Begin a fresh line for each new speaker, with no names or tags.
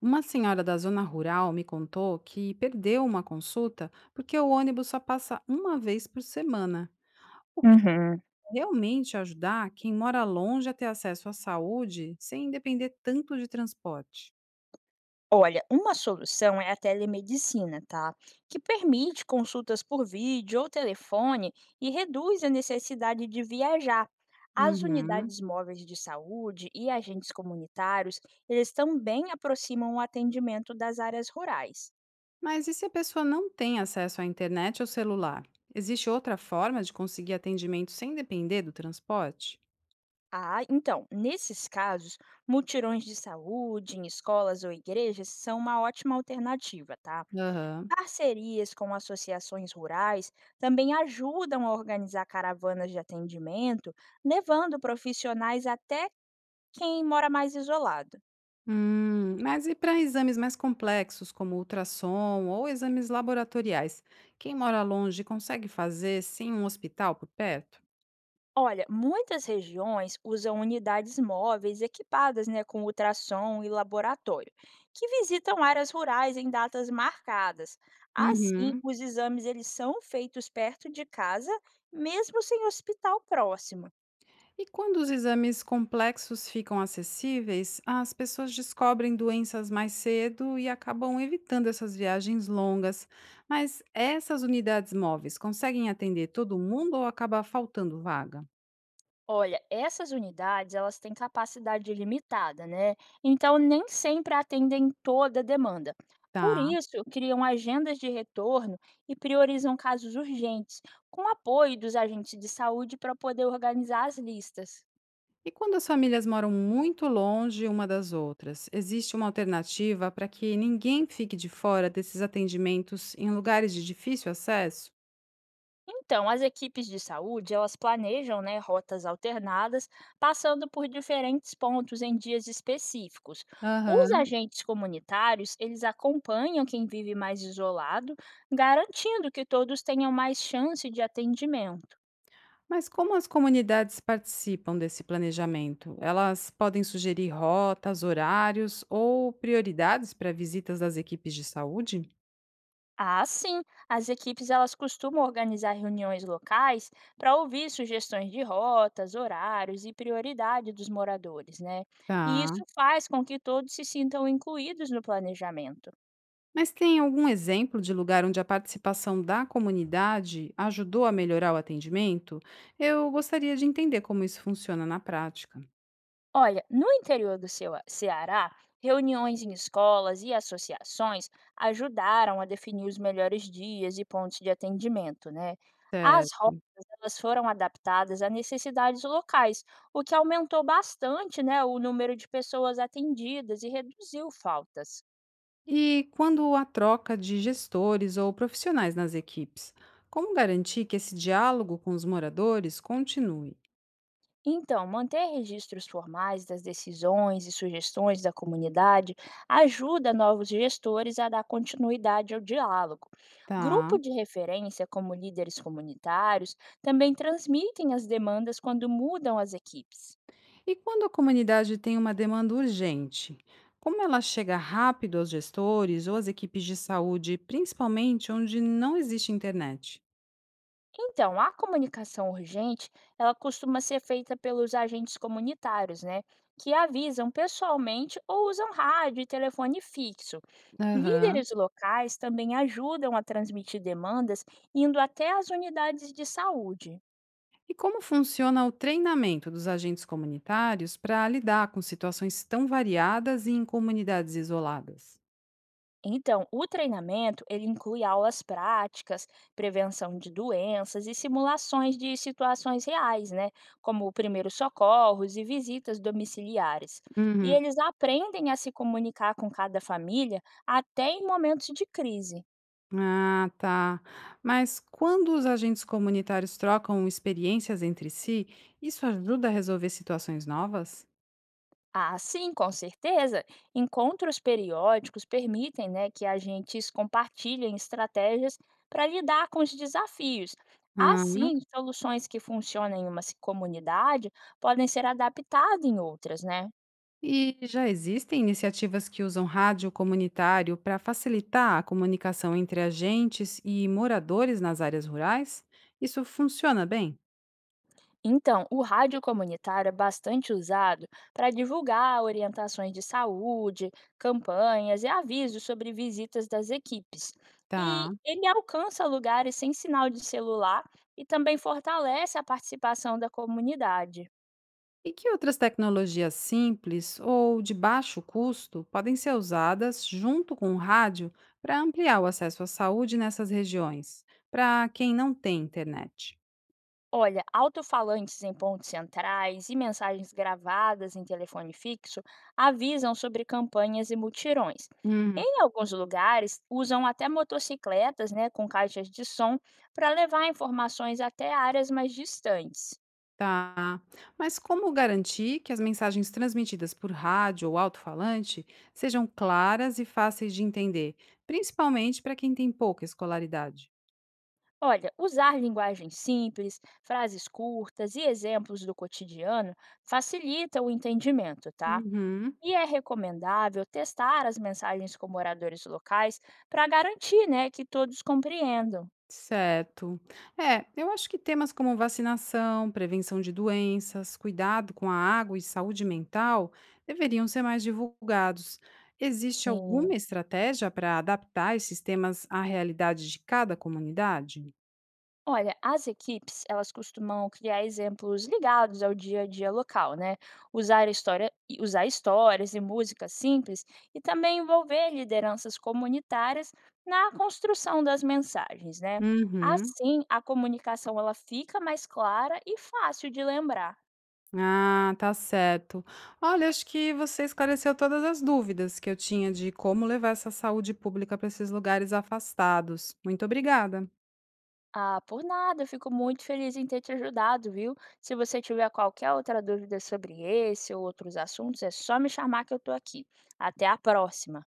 Uma senhora da zona rural me contou que perdeu uma consulta porque o ônibus só passa uma vez por semana, o que
Uhum.
realmente ajudar quem mora longe a ter acesso à saúde sem depender tanto de transporte.
Olha, uma solução é a telemedicina, tá? Que permite consultas por vídeo ou telefone e reduz a necessidade de viajar. As
Uhum.
unidades móveis de saúde e agentes comunitários, eles também aproximam o atendimento das áreas rurais.
Mas e se a pessoa não tem acesso à internet ou celular? Existe outra forma de conseguir atendimento sem depender do transporte?
Ah, então, nesses casos, mutirões de saúde em escolas ou igrejas são uma ótima alternativa, tá?
Aham.
Parcerias com associações rurais também ajudam a organizar caravanas de atendimento, levando profissionais até quem mora mais isolado.
Mas e para exames mais complexos, como ultrassom ou exames laboratoriais? Quem mora longe consegue fazer sem um hospital por perto?
Olha, muitas regiões usam unidades móveis equipadas, né, com ultrassom e laboratório, que visitam áreas rurais em datas marcadas. Assim,
Uhum.
os exames eles são feitos perto de casa, mesmo sem hospital próximo.
E quando os exames complexos ficam acessíveis, as pessoas descobrem doenças mais cedo e acabam evitando essas viagens longas. Mas essas unidades móveis conseguem atender todo mundo ou acaba faltando vaga?
Olha, essas unidades, elas têm capacidade limitada, né? Então, nem sempre atendem toda a demanda. Por
Tá.
isso, criam agendas de retorno e priorizam casos urgentes, com apoio dos agentes de saúde para poder organizar as listas.
E quando as famílias moram muito longe uma das outras, existe uma alternativa para que ninguém fique de fora desses atendimentos em lugares de difícil acesso?
Então, as equipes de saúde, elas planejam, né, rotas alternadas, passando por diferentes pontos em dias específicos. Os
Aham.
agentes comunitários, eles acompanham quem vive mais isolado, garantindo que todos tenham mais chance de atendimento.
Mas como as comunidades participam desse planejamento? Elas podem sugerir rotas, horários ou prioridades para visitas das equipes de saúde?
Ah, sim, as equipes elas costumam organizar reuniões locais para ouvir sugestões de rotas, horários e prioridade dos moradores, né? E
Tá.
isso faz com que todos se sintam incluídos no planejamento.
Mas tem algum exemplo de lugar onde a participação da comunidade ajudou a melhorar o atendimento? Eu gostaria de entender como isso funciona na prática.
Olha, no interior do seu Ceará, reuniões em escolas e associações ajudaram a definir os melhores dias e pontos de atendimento, né? As rotas
Certo.
elas foram adaptadas a necessidades locais, o que aumentou bastante, né, o número de pessoas atendidas e reduziu faltas.
E quando a troca de gestores ou profissionais nas equipes, como garantir que esse diálogo com os moradores continue?
Então, manter registros formais das decisões e sugestões da comunidade ajuda novos gestores a dar continuidade ao diálogo.
Tá.
Grupo de referência, como líderes comunitários, também transmitem as demandas quando mudam as equipes.
E quando a comunidade tem uma demanda urgente, como ela chega rápido aos gestores ou às equipes de saúde, principalmente onde não existe internet?
Então, a comunicação urgente, ela costuma ser feita pelos agentes comunitários, né, que avisam pessoalmente ou usam rádio e telefone fixo.
Aham.
Líderes locais também ajudam a transmitir demandas, indo até as unidades de saúde.
E como funciona o treinamento dos agentes comunitários para lidar com situações tão variadas e em comunidades isoladas?
Então, o treinamento ele inclui aulas práticas, prevenção de doenças e simulações de situações reais, né? Como primeiros socorros e visitas domiciliares. E
Uhum.
eles aprendem a se comunicar com cada família até em momentos de crise.
Ah, tá. Mas quando os agentes comunitários trocam experiências entre si, isso ajuda a resolver situações novas?
Ah, sim, com certeza. Encontros periódicos permitem, né, que agentes compartilhem estratégias para lidar com os desafios.
Ah,
Assim, soluções que funcionam em uma comunidade podem ser adaptadas em outras, né?
e já existem iniciativas que usam rádio comunitário para facilitar a comunicação entre agentes e moradores nas áreas rurais? Isso funciona bem?
Então, o rádio comunitário é bastante usado para divulgar orientações de saúde, campanhas e avisos sobre visitas das equipes.
Tá.
E ele alcança lugares sem sinal de celular e também fortalece a participação da comunidade.
E que outras tecnologias simples ou de baixo custo podem ser usadas junto com o rádio para ampliar o acesso à saúde nessas regiões, para quem não tem internet?
Olha, alto-falantes em pontos centrais e mensagens gravadas em telefone fixo avisam sobre campanhas e mutirões.
Hum,
Em alguns lugares, usam até motocicletas, né, com caixas de som para levar informações até áreas mais distantes.
tá. Mas como garantir que as mensagens transmitidas por rádio ou alto-falante sejam claras e fáceis de entender, principalmente para quem tem pouca escolaridade?
Olha, usar linguagem simples, frases curtas e exemplos do cotidiano facilita o entendimento, tá?
Uhum.
E é recomendável testar as mensagens com moradores locais para garantir, né, que todos compreendam.
Certo. É, eu acho que temas como vacinação, prevenção de doenças, cuidado com a água e saúde mental deveriam ser mais divulgados. Existe alguma
Sim.
estratégia para adaptar esses temas à realidade de cada comunidade?
Olha, as equipes, elas costumam criar exemplos ligados ao dia a dia local, né? Usar histórias e músicas simples e também envolver lideranças comunitárias na construção das mensagens, né?
Uhum.
Assim, a comunicação ela fica mais clara e fácil de lembrar.
Ah, tá certo. Olha, acho que você esclareceu todas as dúvidas que eu tinha de como levar essa saúde pública para esses lugares afastados. Muito obrigada.
Ah, por nada, eu fico muito feliz em ter te ajudado, viu? Se você tiver qualquer outra dúvida sobre esse ou outros assuntos, é só me chamar que eu tô aqui. Até a próxima!